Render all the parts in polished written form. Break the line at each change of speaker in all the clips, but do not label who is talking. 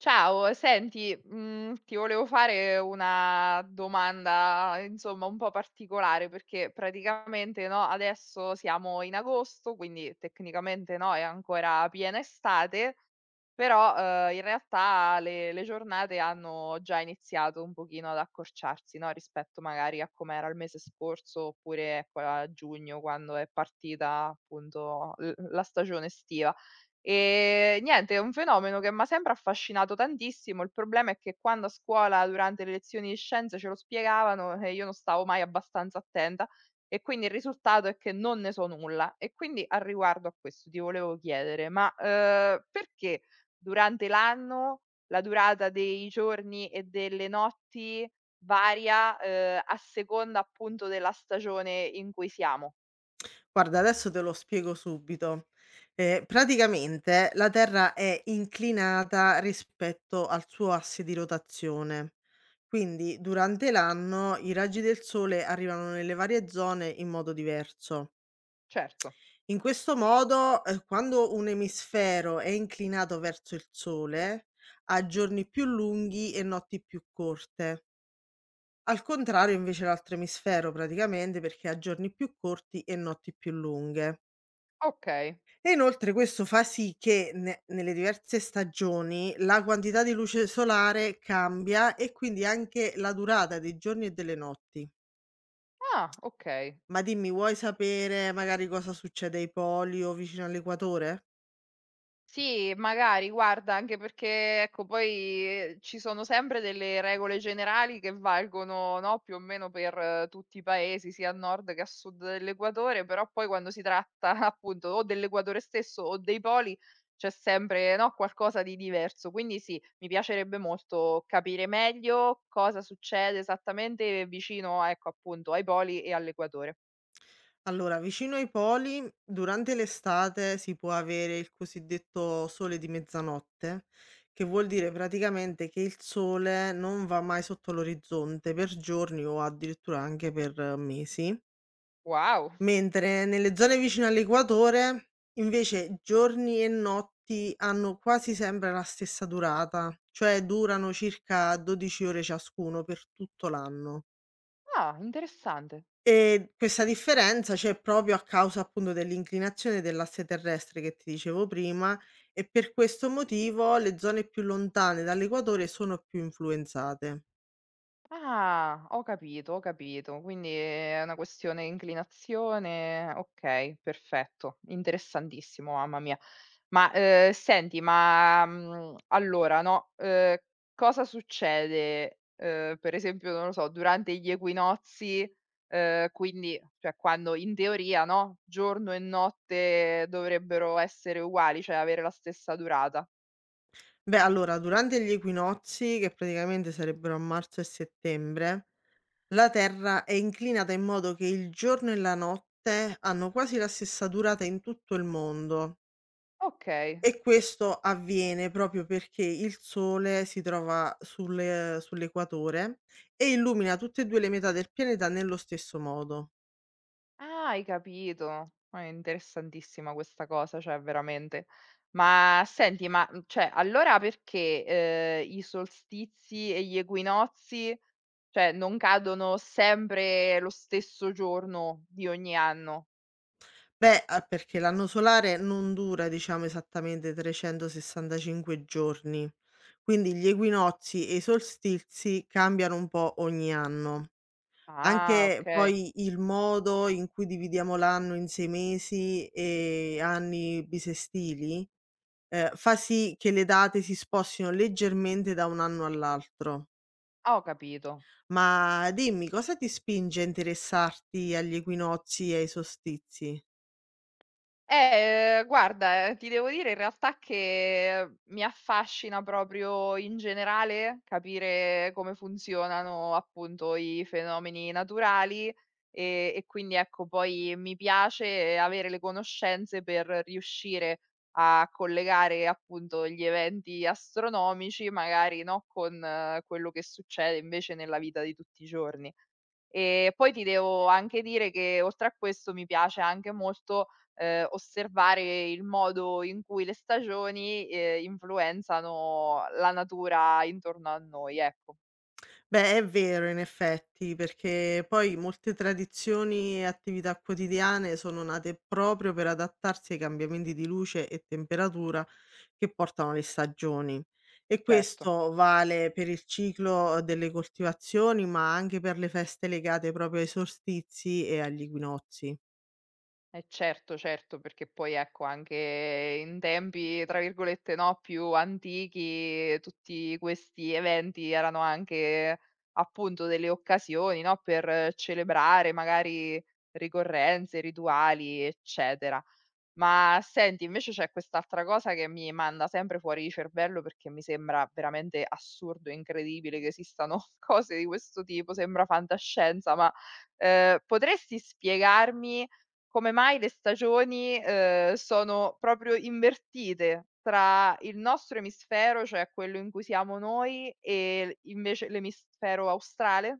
Ciao, senti, mhmm, ti volevo fare una domanda, insomma, un po' particolare perché praticamente, no, adesso siamo in agosto, quindi tecnicamente, no, è ancora piena estate, però, in realtà le giornate hanno già iniziato un pochino ad accorciarsi, no, rispetto magari a com'era il mese scorso oppure, ecco, a giugno quando è partita appunto l la stagione estiva. Niente, è un fenomeno che m'ha sempre affascinato tantissimo. Il problema è che quando a scuola, durante le lezioni di scienze, ce lo spiegavano e io non stavo mai abbastanza attenta e quindi il risultato è che non ne so nulla. E quindi al riguardo a questo ti volevo chiedere: ma, perché durante l'anno la durata dei giorni e delle notti varia, a seconda appunto della stagione in cui siamo?
Guarda, adesso te lo spiego subito. Praticamente la Terra è inclinata rispetto al suo asse di rotazione. Quindi durante l'anno i raggi del sole arrivano nelle varie zone in modo diverso.
Certo.
In questo modo, quando un emisfero è inclinato verso il sole, ha giorni più lunghi e notti più corte. Al contrario invece l'altro emisfero praticamente perché ha giorni più corti e notti più lunghe.
Okay.
E inoltre questo fa sì che ne nelle diverse stagioni la quantità di luce solare cambia e quindi anche la durata dei giorni e delle notti.
Ah, okay.
Ma dimmi, vuoi sapere magari cosa succede ai poli o vicino all'equatore?
Sì, magari guarda, anche perché ecco poi ci sono sempre delle regole generali che valgono, no, più o meno per tutti i paesi, sia a nord che a sud dell'equatore, però poi quando si tratta appunto o dell'equatore stesso o dei poli c'è sempre, no, qualcosa di diverso. Quindi sì, mi piacerebbe molto capire meglio cosa succede esattamente vicino, ecco appunto, ai poli e all'equatore.
Allora, vicino ai poli durante l'estate si può avere il cosiddetto sole di mezzanotte, che vuol dire praticamente che il sole non va mai sotto l'orizzonte per giorni o addirittura anche per mesi.
Wow!
Mentre nelle zone vicino all'equatore, invece, giorni e notti hanno quasi sempre la stessa durata, cioè durano circa 12 ore ciascuno per tutto l'anno.
Ah, interessante.
E questa differenza c'è proprio a causa appunto dell'inclinazione dell'asse terrestre che ti dicevo prima e per questo motivo le zone più lontane dall'equatore sono più influenzate.
Ah, ho capito, ho capito. Quindi è una questione di inclinazione. Okay, perfetto, interessantissimo, mamma mia. Ma, senti, ma, mhmm, allora no, cosa succede, per esempio, non lo so, durante gli equinozi, quindi cioè quando in teoria, no, giorno e notte dovrebbero essere uguali, cioè avere la stessa durata.
Beh, allora, durante gli equinozi, che praticamente sarebbero a marzo e settembre, la Terra è inclinata in modo che il giorno e la notte hanno quasi la stessa durata in tutto il mondo
Okay.
e questo avviene proprio perché il Sole si trova sull'equatore e illumina tutte e due le metà del pianeta nello stesso modo.
Ah, hai capito. Ah, è interessantissima questa cosa, cioè veramente. Ma senti, ma mhmm, cioè allora perché, i solstizi e gli equinozi, cioè non cadono sempre lo stesso giorno di ogni anno?
Beh, ah, perché l'anno solare non dura, diciamo, esattamente 365 giorni, quindi gli equinozi e i solstizi cambiano un po' ogni anno.
Ah,
Anche
okay.
poi il modo in cui dividiamo l'anno in 6 mesi e anni bisestili, fa sì che le date si spostino leggermente da un anno all'altro.
Ah, ho capito.
Ma dimmi, cosa ti spinge a interessarti agli equinozi e ai solstizi?
Guarda, ti devo dire in realtà che mi affascina proprio in generale capire come funzionano appunto i fenomeni naturali e quindi ecco, poi mi piace avere le conoscenze per riuscire a collegare appunto gli eventi astronomici, magari no, con quello che succede invece nella vita di tutti i giorni. E poi ti devo anche dire che oltre a questo mi piace anche molto osservare il modo in cui le stagioni, influenzano la natura intorno a noi, ecco.
Beh, è vero in effetti, perché poi molte tradizioni e attività quotidiane sono nate proprio per adattarsi ai cambiamenti di luce e temperatura che portano le stagioni. E
Certo.
questo vale per il ciclo delle coltivazioni, ma anche per le feste legate proprio ai solstizi e agli equinozi.
Eh certo, certo, perché poi ecco anche in tempi, tra virgolette, no, più antichi, tutti questi eventi erano anche appunto delle occasioni, no, per celebrare magari ricorrenze, rituali, eccetera. Ma senti, invece c'è quest'altra cosa che mi manda sempre fuori di cervello perché mi sembra veramente assurdo e incredibile che esistano cose di questo tipo, sembra fantascienza, ma, potresti spiegarmi come mai le stagioni, sono proprio invertite tra il nostro emisfero, cioè quello in cui siamo noi, e l invece l'emisfero australe?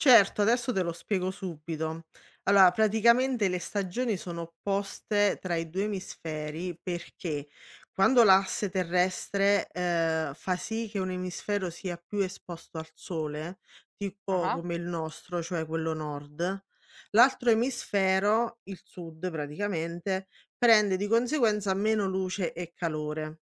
Certo, adesso te lo spiego subito. Allora, praticamente le stagioni sono opposte tra i due emisferi perché quando l'asse terrestre fa sì che un emisfero sia più esposto al sole, tipo
Ah-ah,
come il nostro, cioè quello nord, l'altro emisfero, il sud praticamente, prende di conseguenza meno luce e calore.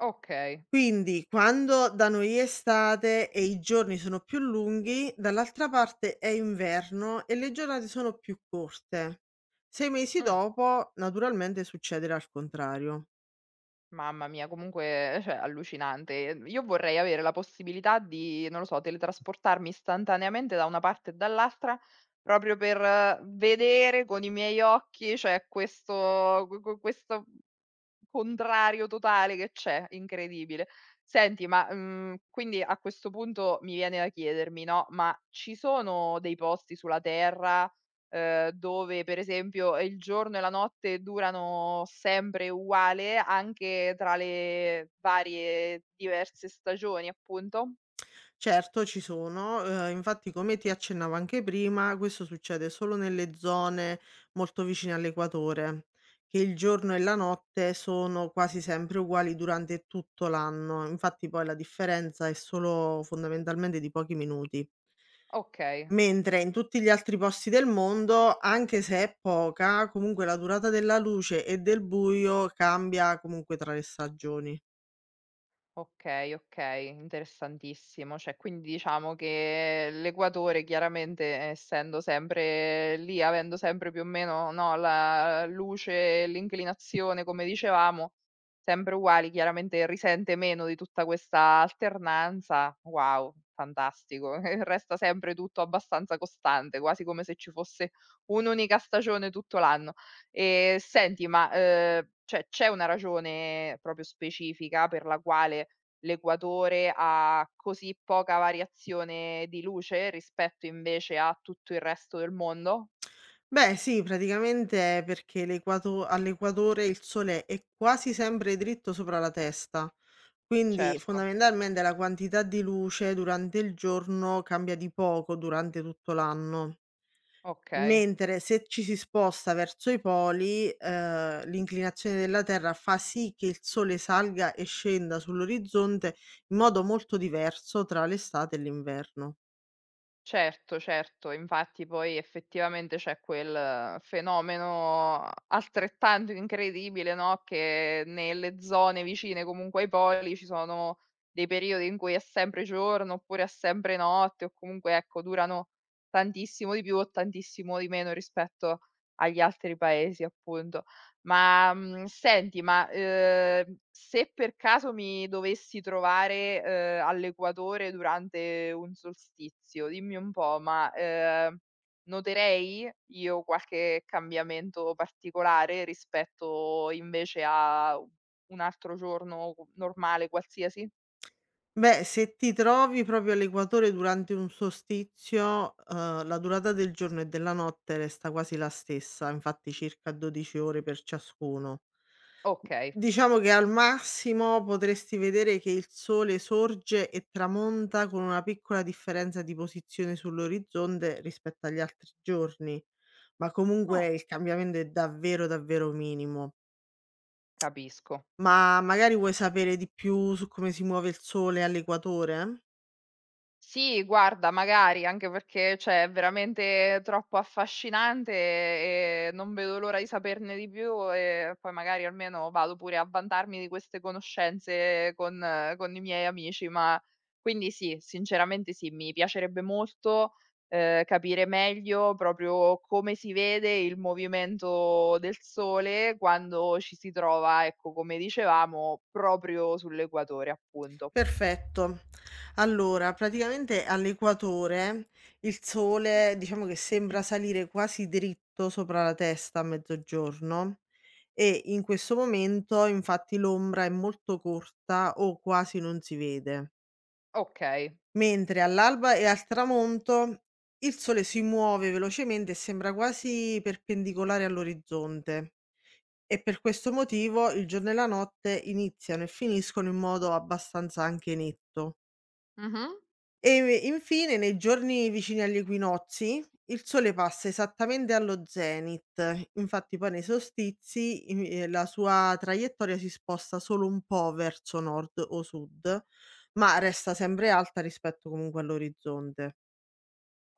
okay.
Quindi quando da noi è estate e i giorni sono più lunghi, dall'altra parte è inverno e le giornate sono più corte. Sei mesi
Mh.
dopo, naturalmente, succederà il contrario.
Mamma mia, comunque cioè allucinante. Io vorrei avere la possibilità di, non lo so, teletrasportarmi istantaneamente da una parte e dall'altra, proprio per vedere con i miei occhi, cioè questo questo contrario totale che c'è, incredibile. Senti, ma, mhmm, quindi a questo punto mi viene da chiedermi, no, ma ci sono dei posti sulla Terra, dove per esempio il giorno e la notte durano sempre uguale, anche tra le varie diverse stagioni appunto?
Certo, ci sono, infatti come ti accennavo anche prima, questo succede solo nelle zone molto vicine all'equatore, che il giorno e la notte sono quasi sempre uguali durante tutto l'anno, infatti poi la differenza è solo fondamentalmente di pochi minuti.
Okay.
Mentre in tutti gli altri posti del mondo, anche se è poca, comunque la durata della luce e del buio cambia comunque tra le stagioni.
Okay, okay, interessantissimo. Cioè, quindi diciamo che l'Equatore chiaramente essendo sempre lì, avendo sempre più o meno, no, la luce e l'inclinazione come dicevamo, sempre uguali, chiaramente risente meno di tutta questa alternanza. Wow, fantastico. Resta sempre tutto abbastanza costante, quasi come se ci fosse un'unica stagione tutto l'anno. Senti ma, cioè c'è una ragione proprio specifica per la quale l'equatore ha così poca variazione di luce rispetto invece a tutto il resto del mondo?
Beh sì, praticamente è perché l'equato all'equatore il sole è quasi sempre dritto sopra la testa, quindi
Certo,
fondamentalmente la quantità di luce durante il giorno cambia di poco durante tutto l'anno.
okay.
Mentre se ci si sposta verso i poli, l'inclinazione della Terra fa sì che il sole salga e scenda sull'orizzonte in modo molto diverso tra l'estate e l'inverno.
Certo, certo, infatti poi effettivamente c'è quel fenomeno altrettanto incredibile, no, che nelle zone vicine comunque ai poli ci sono dei periodi in cui è sempre giorno, oppure è sempre notte, o comunque ecco durano tantissimo di più o tantissimo di meno rispetto agli altri paesi, appunto. Ma, mhmm, senti, ma, se per caso mi dovessi trovare, all'equatore durante un solstizio, dimmi un po', ma, noterei io qualche cambiamento particolare rispetto invece a u un altro giorno normale qualsiasi?
Beh, se ti trovi proprio all'equatore durante un solstizio, la durata del giorno e della notte resta quasi la stessa, infatti circa 12 ore per ciascuno.
Okay.
Diciamo che al massimo potresti vedere che il sole sorge e tramonta con una piccola differenza di posizione sull'orizzonte rispetto agli altri giorni, ma comunque
Oh,
il cambiamento è davvero, davvero minimo.
capisco.
Ma magari vuoi sapere di più su come si muove il sole all'equatore?
Sì, guarda, magari, anche perché, cioè, è veramente troppo affascinante e non vedo l'ora di saperne di più e poi magari almeno vado pure a vantarmi di queste conoscenze con i miei amici, ma quindi sì, sinceramente sì, mi piacerebbe molto capire meglio proprio come si vede il movimento del sole quando ci si trova, ecco, come dicevamo, proprio sull'equatore, appunto.
Perfetto. Allora, praticamente all'equatore il sole diciamo che sembra salire quasi dritto sopra la testa a mezzogiorno e in questo momento infatti l'ombra è molto corta o quasi non si vede,
Ok.
mentre all'alba e al tramonto il sole si muove velocemente e sembra quasi perpendicolare all'orizzonte. E per questo motivo il giorno e la notte iniziano e finiscono in modo abbastanza anche netto.
Mh-mh.
E infine, nei giorni vicini agli equinozi, il Sole passa esattamente allo zenit. Infatti, poi nei solstizi la sua traiettoria si sposta solo un po' verso nord o sud, ma resta sempre alta rispetto comunque all'orizzonte.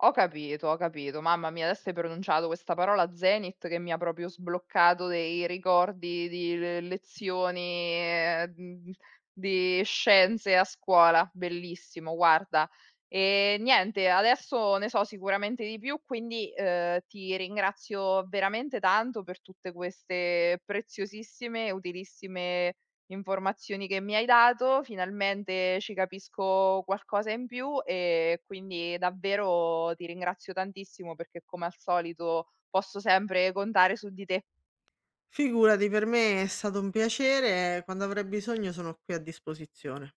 Ho capito, ho capito. Mamma mia, adesso hai pronunciato questa parola Zenit che mi ha proprio sbloccato dei ricordi di le lezioni, mhmm, di scienze a scuola. Bellissimo, guarda. Niente, adesso ne so sicuramente di più, quindi, ti ringrazio veramente tanto per tutte queste preziosissime e utilissime informazioni che mi hai dato, finalmente ci capisco qualcosa in più e quindi davvero ti ringrazio tantissimo perché come al solito posso sempre contare su di te.
Figurati, per me è stato un piacere. Quando avrai bisogno, sono qui a disposizione.